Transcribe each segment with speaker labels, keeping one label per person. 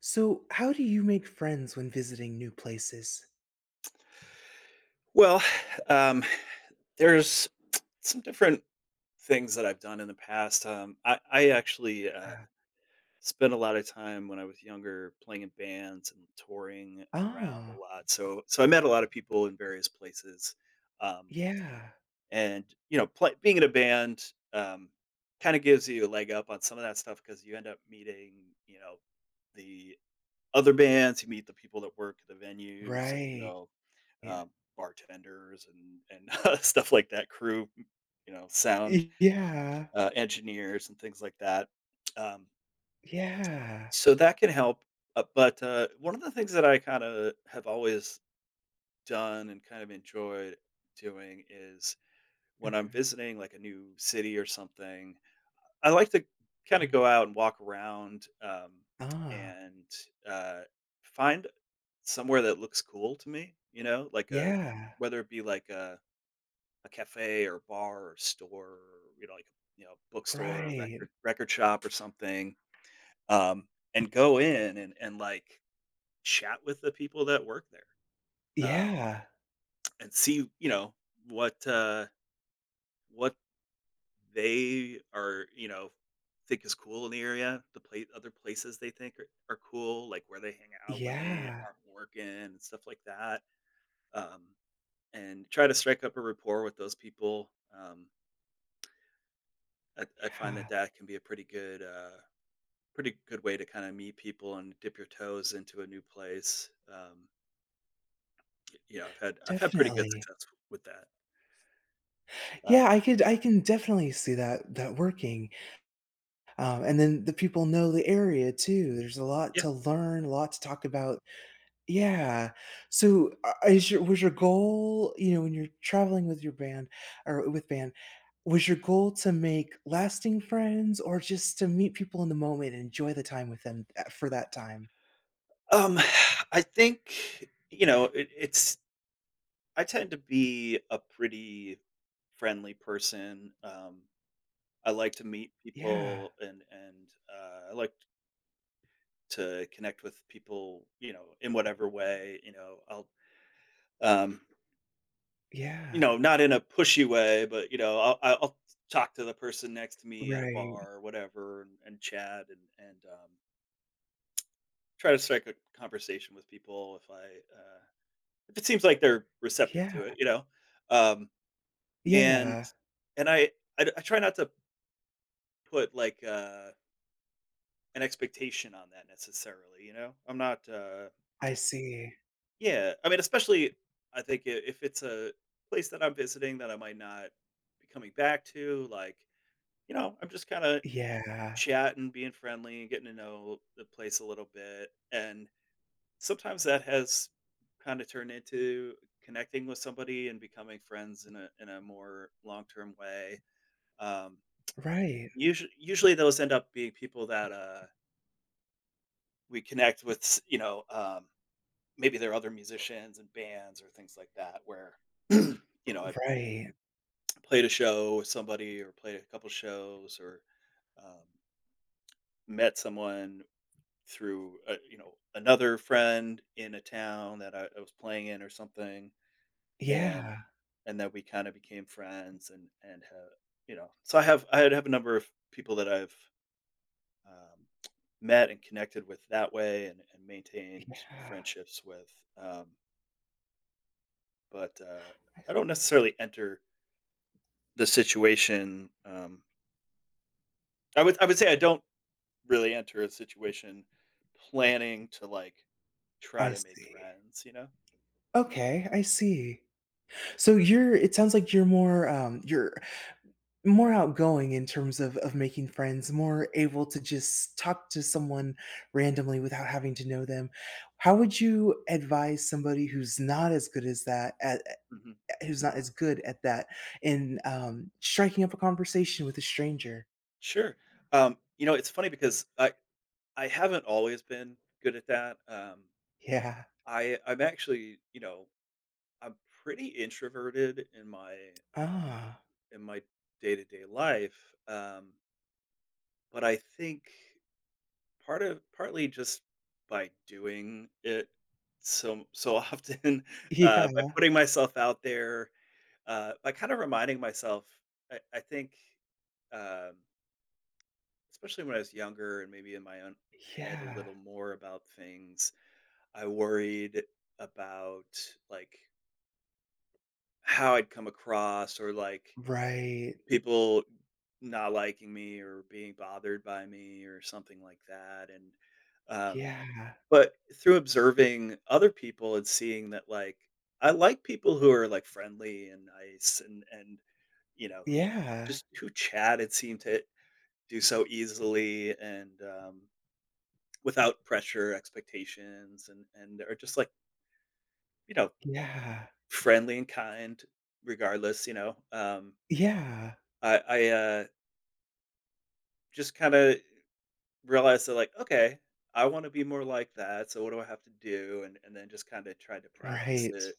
Speaker 1: So, how do you make friends when visiting new places?
Speaker 2: Well, um, there's some different things that I've done in the past. I actually
Speaker 1: Uh,
Speaker 2: spent a lot of time when I was younger playing in bands and touring around a
Speaker 1: ah,
Speaker 2: lot. So I met a lot of people in various places, um,
Speaker 1: yeah,
Speaker 2: and you know, being in a band um, kind of gives you a leg up on some of that stuff because you end up meeting, you know, the other bands, you meet the people that work at the venues, you
Speaker 1: right.
Speaker 2: know, um, bartenders and stuff like that, crew, you know, sound,
Speaker 1: Yeah,
Speaker 2: engineers and things like that. Um,
Speaker 1: yeah.
Speaker 2: so that can help, but one of the things that I kinda have always done and kind of enjoyed doing is when I'm
Speaker 1: Mhm,
Speaker 2: visiting, like, a new city or something, I like to kinda
Speaker 1: mm.
Speaker 2: go out and walk around,
Speaker 1: Ah,
Speaker 2: and, uh, find somewhere that looks cool to me, you know, like a
Speaker 1: yeah,
Speaker 2: whether it be like a cafe or bar or store or, you know, like, you know, bookstore or
Speaker 1: right.
Speaker 2: record shop or something, um, and go in and like, chat with the people that work there, um,
Speaker 1: Yeah,
Speaker 2: and see, you know, what, uh, what they are, you know, think is cool in the area, the pla other places they think are cool, like, where they hang out when they
Speaker 1: yeah,
Speaker 2: aren't working and stuff like that, um and try to strike up a rapport with those people. I find
Speaker 1: yeah.
Speaker 2: that that can be a pretty pretty good way to kind of meet people and dip your toes into a new place. You know, I've had pretty good
Speaker 1: Definitely.
Speaker 2: success with that. Uh,
Speaker 1: Yeah, I could. I can definitely see that that working. And then the people know the area too. There's a lot
Speaker 2: yeah.
Speaker 1: to learn, a lot to talk about. Yeah. So, is your was your goal, when you're traveling with your band or with band, was your goal to make lasting friends or just to meet people in the moment and enjoy the time with them a for that time?
Speaker 2: um, I think you know it, it's. I tend to be a pretty friendly person. I like to meet
Speaker 1: Yeah.
Speaker 2: people and I like to connect with people. You know, in whatever way. Um, You
Speaker 1: Yeah.
Speaker 2: know, not in a pushy way, but, you know, I'll talk to the person next to me at a
Speaker 1: Right.
Speaker 2: bar or whatever and chat and try to strike a conversation with people if uh if it seems like they're receptive
Speaker 1: Yeah.
Speaker 2: to it, you know? Um, and
Speaker 1: Yeah.
Speaker 2: and I try not to put, like, an expectation on that necessarily, you know? I'm not,
Speaker 1: I see.
Speaker 2: yeah, I mean, especially I think I if it's a place that I'm visiting that I might not be coming back to, like, you know, I'm just kinda
Speaker 1: Yeah.
Speaker 2: chatting, being friendly, and getting to know the place a little bit. And sometimes that has kind of turned into connecting with somebody and becoming friends in a more long term way. Um,
Speaker 1: Right.
Speaker 2: usually usually those end up being people that we connect with. You know, maybe they're other musicians and bands or things like that. Where you know, I
Speaker 1: Right.
Speaker 2: played a show with somebody or played a couple shows or um, met someone through, you know, another friend in a town that I was playing in or something, and
Speaker 1: Yeah.
Speaker 2: and then we kind of became friends and have, you know, so I have a number of people that I've um, met and connected with that way and maintained
Speaker 1: Yeah.
Speaker 2: friendships with. Um, but I don't necessarily enter the situation. I would say I don't really enter a situation planning to like try
Speaker 1: I
Speaker 2: to make
Speaker 1: see.
Speaker 2: friends. You know.
Speaker 1: Okay, I see. So you're it sounds like you're more, you're more outgoing in terms of making friends, more able to just talk to someone randomly without having to know them. How would you advise somebody
Speaker 2: Mm-hmm.
Speaker 1: who's not as good at that in, striking up a conversation with a stranger?
Speaker 2: Sure. You know, it's funny because I haven't always been good at that.
Speaker 1: Yeah.
Speaker 2: I'm actually, you know, I'm pretty introverted in uh,
Speaker 1: Ah.
Speaker 2: my day to day life. But I think partly just by doing it so often,
Speaker 1: Yeah.
Speaker 2: by putting myself out there, by kind of reminding myself, I think. Um, Especially when I was younger and maybe in my own head a
Speaker 1: Yeah.
Speaker 2: little more about things, I worried about, like, how I'd come across or, like,
Speaker 1: Right.
Speaker 2: people not liking me or being bothered by me or something like that, um
Speaker 1: Yeah.
Speaker 2: but through observing other people and seeing that, like, I like people who are, like, friendly and nice and you know, who
Speaker 1: Yeah.
Speaker 2: just who chat and seem to do so easily without pressure, expectations, and are just like you know
Speaker 1: Yeah.
Speaker 2: friendly and kind, regardless. You know,
Speaker 1: Yeah.
Speaker 2: I just kind of realized that like okay, I want to be more like that. So what do I have to do? And then just kind of tried to practice
Speaker 1: Right.
Speaker 2: it.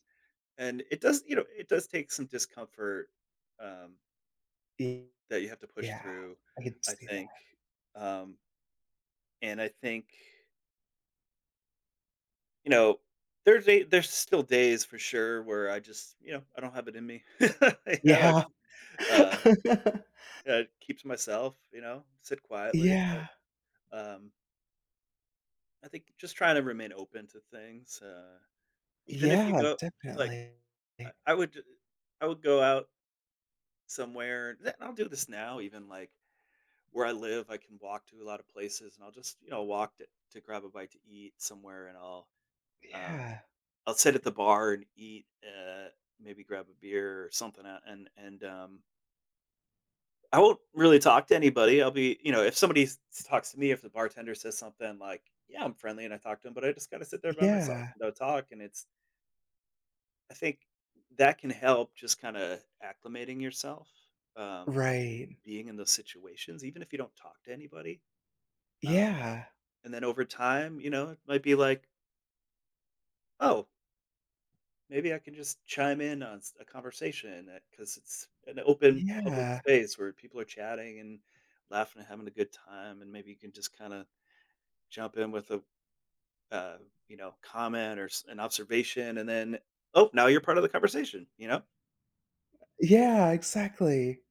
Speaker 2: And it does you know it does take some discomfort um,
Speaker 1: y-
Speaker 2: that you have to push
Speaker 1: Yeah.
Speaker 2: through.
Speaker 1: I could
Speaker 2: I
Speaker 1: see
Speaker 2: think,
Speaker 1: that.
Speaker 2: um, and I think. You know, there's still days for sure where I just, you know, I don't have it in me. You know, like,
Speaker 1: Yeah.
Speaker 2: uh, keep to myself, you know, sit quietly,
Speaker 1: Yeah.
Speaker 2: but, I think just trying to remain open to things, even if you
Speaker 1: Yeah,
Speaker 2: go like,
Speaker 1: definitely.
Speaker 2: I I would I would go out somewhere and I'll do this now even, like, where I live, I can walk to a lot of places, and I'll just, you know, walk to grab a bite to eat somewhere, and um
Speaker 1: Yeah.
Speaker 2: I'll sit at the bar and eat, maybe grab a beer or something, and I won't really talk to anybody. I'll be, you know, if somebody talks to me, if the bartender says something like, "Yeah, I'm friendly," and I talk to him, but I just got to sit there by myself
Speaker 1: Yeah.
Speaker 2: and do talk. And it's, I think that can help just kind of acclimating yourself, um,
Speaker 1: Right.
Speaker 2: being in those situations, even if you don't talk to anybody. Um,
Speaker 1: Yeah.
Speaker 2: and then over time, you know, it might be like, "Oh, maybe I can just chime in on s a conversation, because it's an open public
Speaker 1: Yeah.
Speaker 2: space where people are chatting and laughing and having a good time, and maybe you can just kinda jump in with a, uh, you know, comment or s an observation, and then, "Oh, now you're part of the conversation," you know?
Speaker 1: Yeah, exactly.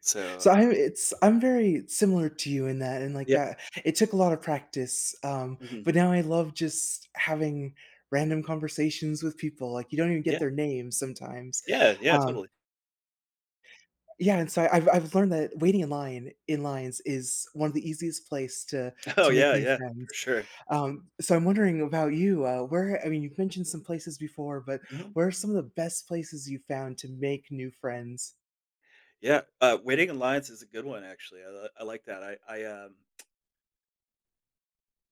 Speaker 2: So
Speaker 1: So I'm very similar to you in that and like,
Speaker 2: yeah.
Speaker 1: it took a lot of practice,
Speaker 2: Mhm.
Speaker 1: but now I love just having random conversations with people, like, you don't even get
Speaker 2: Yeah.
Speaker 1: their names sometimes.
Speaker 2: Yeah, yeah,
Speaker 1: Um,
Speaker 2: totally.
Speaker 1: yeah, and so I've learned that waiting in lines is one of the easiest place to
Speaker 2: Oh,
Speaker 1: to make
Speaker 2: yeah,
Speaker 1: new
Speaker 2: yeah, for
Speaker 1: friends.
Speaker 2: sure.
Speaker 1: So I'm wondering about you. Where I mean, you've mentioned some places before, but
Speaker 2: Mhm.
Speaker 1: where are some of the best places you found to make new friends?
Speaker 2: Yeah, waiting in lines is a good one, actually. I like that.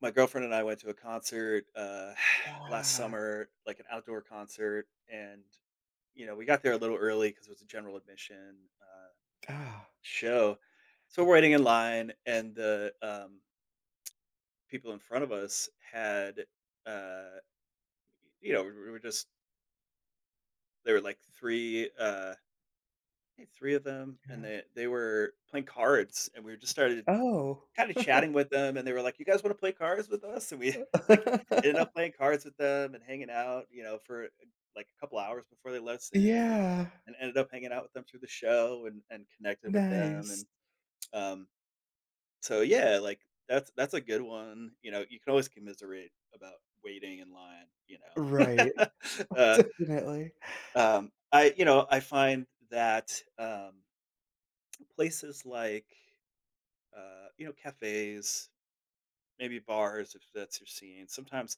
Speaker 2: My girlfriend and I went to a concert,
Speaker 1: Yeah.
Speaker 2: last
Speaker 1: Yeah.
Speaker 2: summer, like an outdoor concert, and, you know, we got there a little early because it was a general admission,
Speaker 1: Ah.
Speaker 2: show. So we're waiting in line, and the, people in front of us had, uh, you know, we were just there were, like, 3, I think 3 of them, and
Speaker 1: Yeah.
Speaker 2: they were playing cards, and we were just started
Speaker 1: Oh.
Speaker 2: kinda chatting with them, and they were like, "You guys wanna play cards with us?" And we, like, ended up playing cards with them and hanging out, you know, for, like, a couple hours before they let us in
Speaker 1: Yeah.
Speaker 2: and ended up hanging out with them through the show and connected with them, and,
Speaker 1: Nice.
Speaker 2: um, so, yeah, like, that's a good one, you know, you can always commiserate about waiting in line, you know?
Speaker 1: Right.
Speaker 2: Uh,
Speaker 1: Definitely.
Speaker 2: I you know, I find that, places like, you know, cafes. Maybe bars if that's your scene. Sometimes,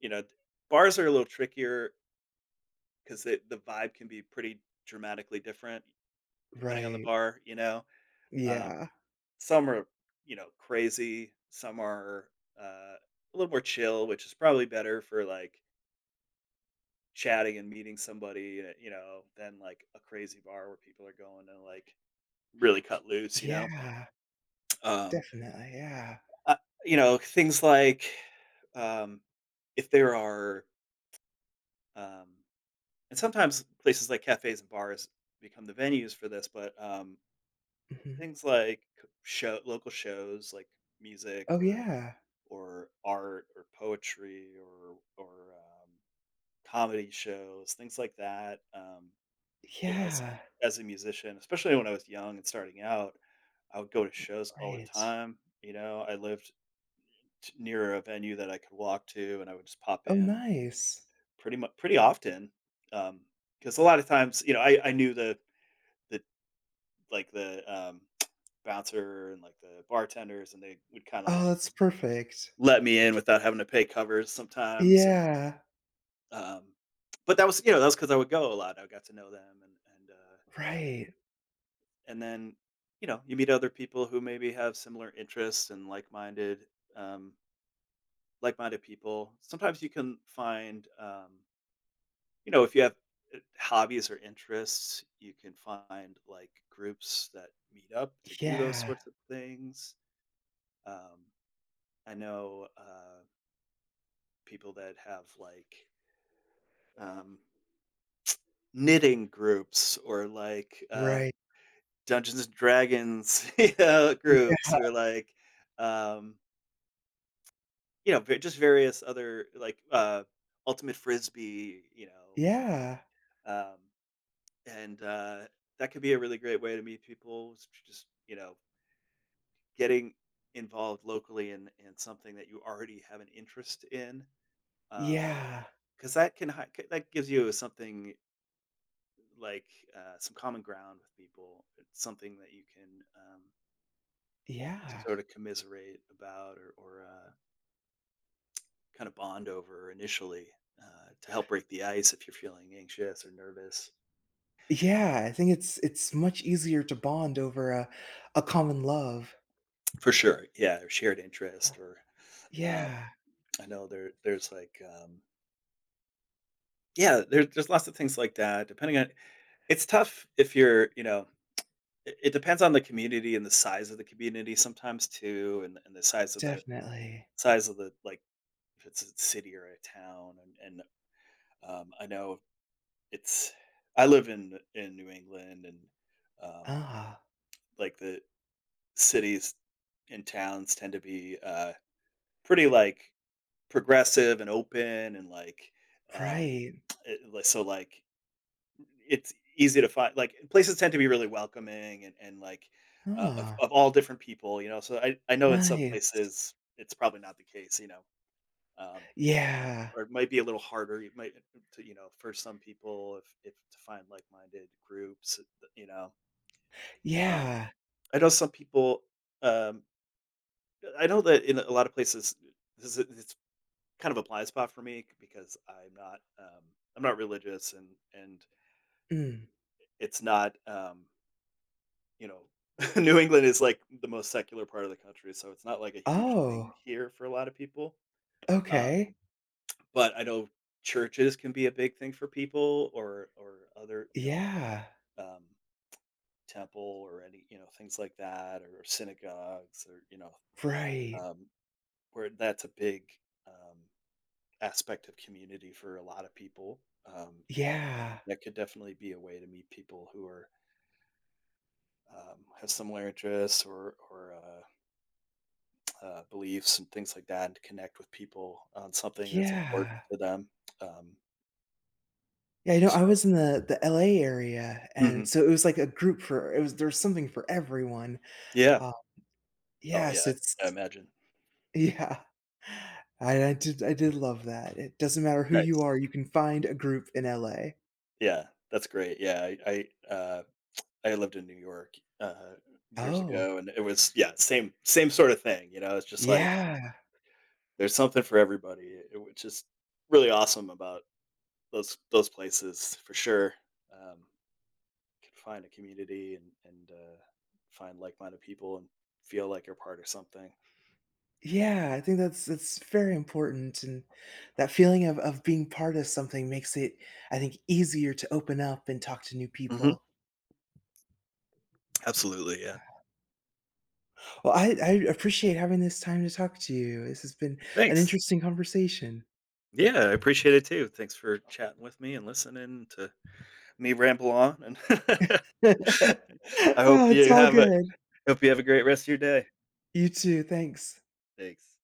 Speaker 2: you know, d bars are a little trickier because the vibe can be pretty dramatically different depending on the
Speaker 1: Right.
Speaker 2: bar, you know? Um,
Speaker 1: Yeah.
Speaker 2: some are, you know, crazy, some are, uh, a little more chill, which is probably better for, like, chatting and meeting somebody, you know, than, like, a crazy bar where people are going to, like, really cut loose, you know?
Speaker 1: Yeah.
Speaker 2: Um,
Speaker 1: Definitely. Yeah.
Speaker 2: uh, you know, things like, um, if there are, um and sometimes places like cafes and bars become the venues for this, but
Speaker 1: Mhm.
Speaker 2: things like c- show local shows, like music
Speaker 1: Oh
Speaker 2: or
Speaker 1: yeah.
Speaker 2: art or poetry or comedy shows, things like that. You know,
Speaker 1: Yeah.
Speaker 2: as a musician, especially when I was young and starting out, I would go to shows all the
Speaker 1: Right.
Speaker 2: time. You know, I lived near a venue that I could walk to, and I would just pop
Speaker 1: Oh
Speaker 2: in
Speaker 1: nice.
Speaker 2: pretty much pretty often. Um, because a lot of times, you know, I knew the like the, bouncer and, like, the bartenders, and they would kinda
Speaker 1: Oh,
Speaker 2: just
Speaker 1: that's perfect.
Speaker 2: let me in without having to pay covers sometimes, and,
Speaker 1: Yeah.
Speaker 2: um, but that was you know, that was because I would go a lot, I got to know them and
Speaker 1: Right.
Speaker 2: and then, you know, you meet other people who maybe have similar interests and like-minded, um, like-minded people. Sometimes you can find, if you have, hobbies or interests, you can find, like, groups that meet up to do those
Speaker 1: Yeah.
Speaker 2: sorts of things. um I know people that have like um, knitting groups or like
Speaker 1: Right.
Speaker 2: Dungeons and Dragons groups
Speaker 1: Yeah.
Speaker 2: or like um, just various other like ultimate frisbee.
Speaker 1: Yeah.
Speaker 2: um, and that could be a really great way to meet people is to just getting involved locally in something that you already have an interest in, um,
Speaker 1: Yeah.
Speaker 2: because that that gives you something like some common ground with people. It's something that you can,
Speaker 1: Yeah.
Speaker 2: sort of commiserate about, or kind of bond over initially, to help break the ice if you're feeling anxious or nervous.
Speaker 1: Yeah, I think it's much easier to bond over a common love.
Speaker 2: For sure, yeah, or shared interest, or um,
Speaker 1: Yeah,
Speaker 2: I know there's like, yeah, there's lots of things like that. Depending on, it's tough if you're you know it depends on the community and the size of the community sometimes too, and the size of the
Speaker 1: definitely.
Speaker 2: size of the like if it's a city or a town and I know it's, I live in New England and, um,
Speaker 1: Ah,
Speaker 2: like, the cities and towns tend to be, pretty, like, progressive and open and, like, um,
Speaker 1: right.
Speaker 2: eh, li so, like, it's easy to find, like, places tend to be really welcoming and like, of
Speaker 1: Ah,
Speaker 2: of all different people, you know. So I know in some
Speaker 1: nice.
Speaker 2: places it's probably not the case, you know, um
Speaker 1: Yeah.
Speaker 2: or it might be a little harder. It might, to, you know, for some people, if to find like-minded groups, you know. Um,
Speaker 1: Yeah.
Speaker 2: I know some people. Um, I know that in a lot of places, this is it's kind of a blind spot for me because I'm not religious, and
Speaker 1: Mm.
Speaker 2: it's not, you know. New England is like the most secular part of the country, so it's not like a huge thing
Speaker 1: Oh,
Speaker 2: here for a lot of people. Uh,
Speaker 1: okay.
Speaker 2: but I know churches can be a big thing for people, or other, you know,
Speaker 1: Yeah.
Speaker 2: um, temple or any, you know, things like that, or synagogues, or, you know,
Speaker 1: Right.
Speaker 2: um, where that's a big um, aspect of community for a lot of people. And that
Speaker 1: Yeah.
Speaker 2: that could definitely be a way to meet people who are, have similar interests or beliefs and things like that, and to connect with people on something that's important
Speaker 1: Yeah.
Speaker 2: to them. Um,
Speaker 1: Yeah,
Speaker 2: so.
Speaker 1: I was in the LA area, and
Speaker 2: Mhm.
Speaker 1: so it was like a group for it was there's something for everyone.
Speaker 2: Yeah.
Speaker 1: Uh,
Speaker 2: Oh,
Speaker 1: yeah,
Speaker 2: yeah.
Speaker 1: so
Speaker 2: I
Speaker 1: it's
Speaker 2: imagine.
Speaker 1: Yeah. I did love that. It doesn't matter who you
Speaker 2: Nice.
Speaker 1: are, you can find a group in LA.
Speaker 2: Yeah, that's great. Yeah, I I lived in New York, uh, years
Speaker 1: Oh,
Speaker 2: ago, and it was, yeah, same sort of thing, you know? It's just like
Speaker 1: yeah.
Speaker 2: there's something for everybody, it which is really awesome about those places for sure. Um, could find a community and find like-minded people and feel like you're part of something.
Speaker 1: Yeah, I think that's very important, and that feeling of being part of something makes it, I think, easier to open up and talk to new
Speaker 2: Mhm,
Speaker 1: people.
Speaker 2: absolutely, yeah.
Speaker 1: Well, I appreciate having this time to talk to you. This has been an
Speaker 2: Thanks.
Speaker 1: interesting conversation.
Speaker 2: Yeah, I appreciate it too. Thanks for chatting with me and listening to me ramble on, and I hope
Speaker 1: Oh, it's
Speaker 2: you
Speaker 1: all
Speaker 2: have a,
Speaker 1: good.
Speaker 2: hope you have a great rest of your day.
Speaker 1: You too, thanks.
Speaker 2: Thanks.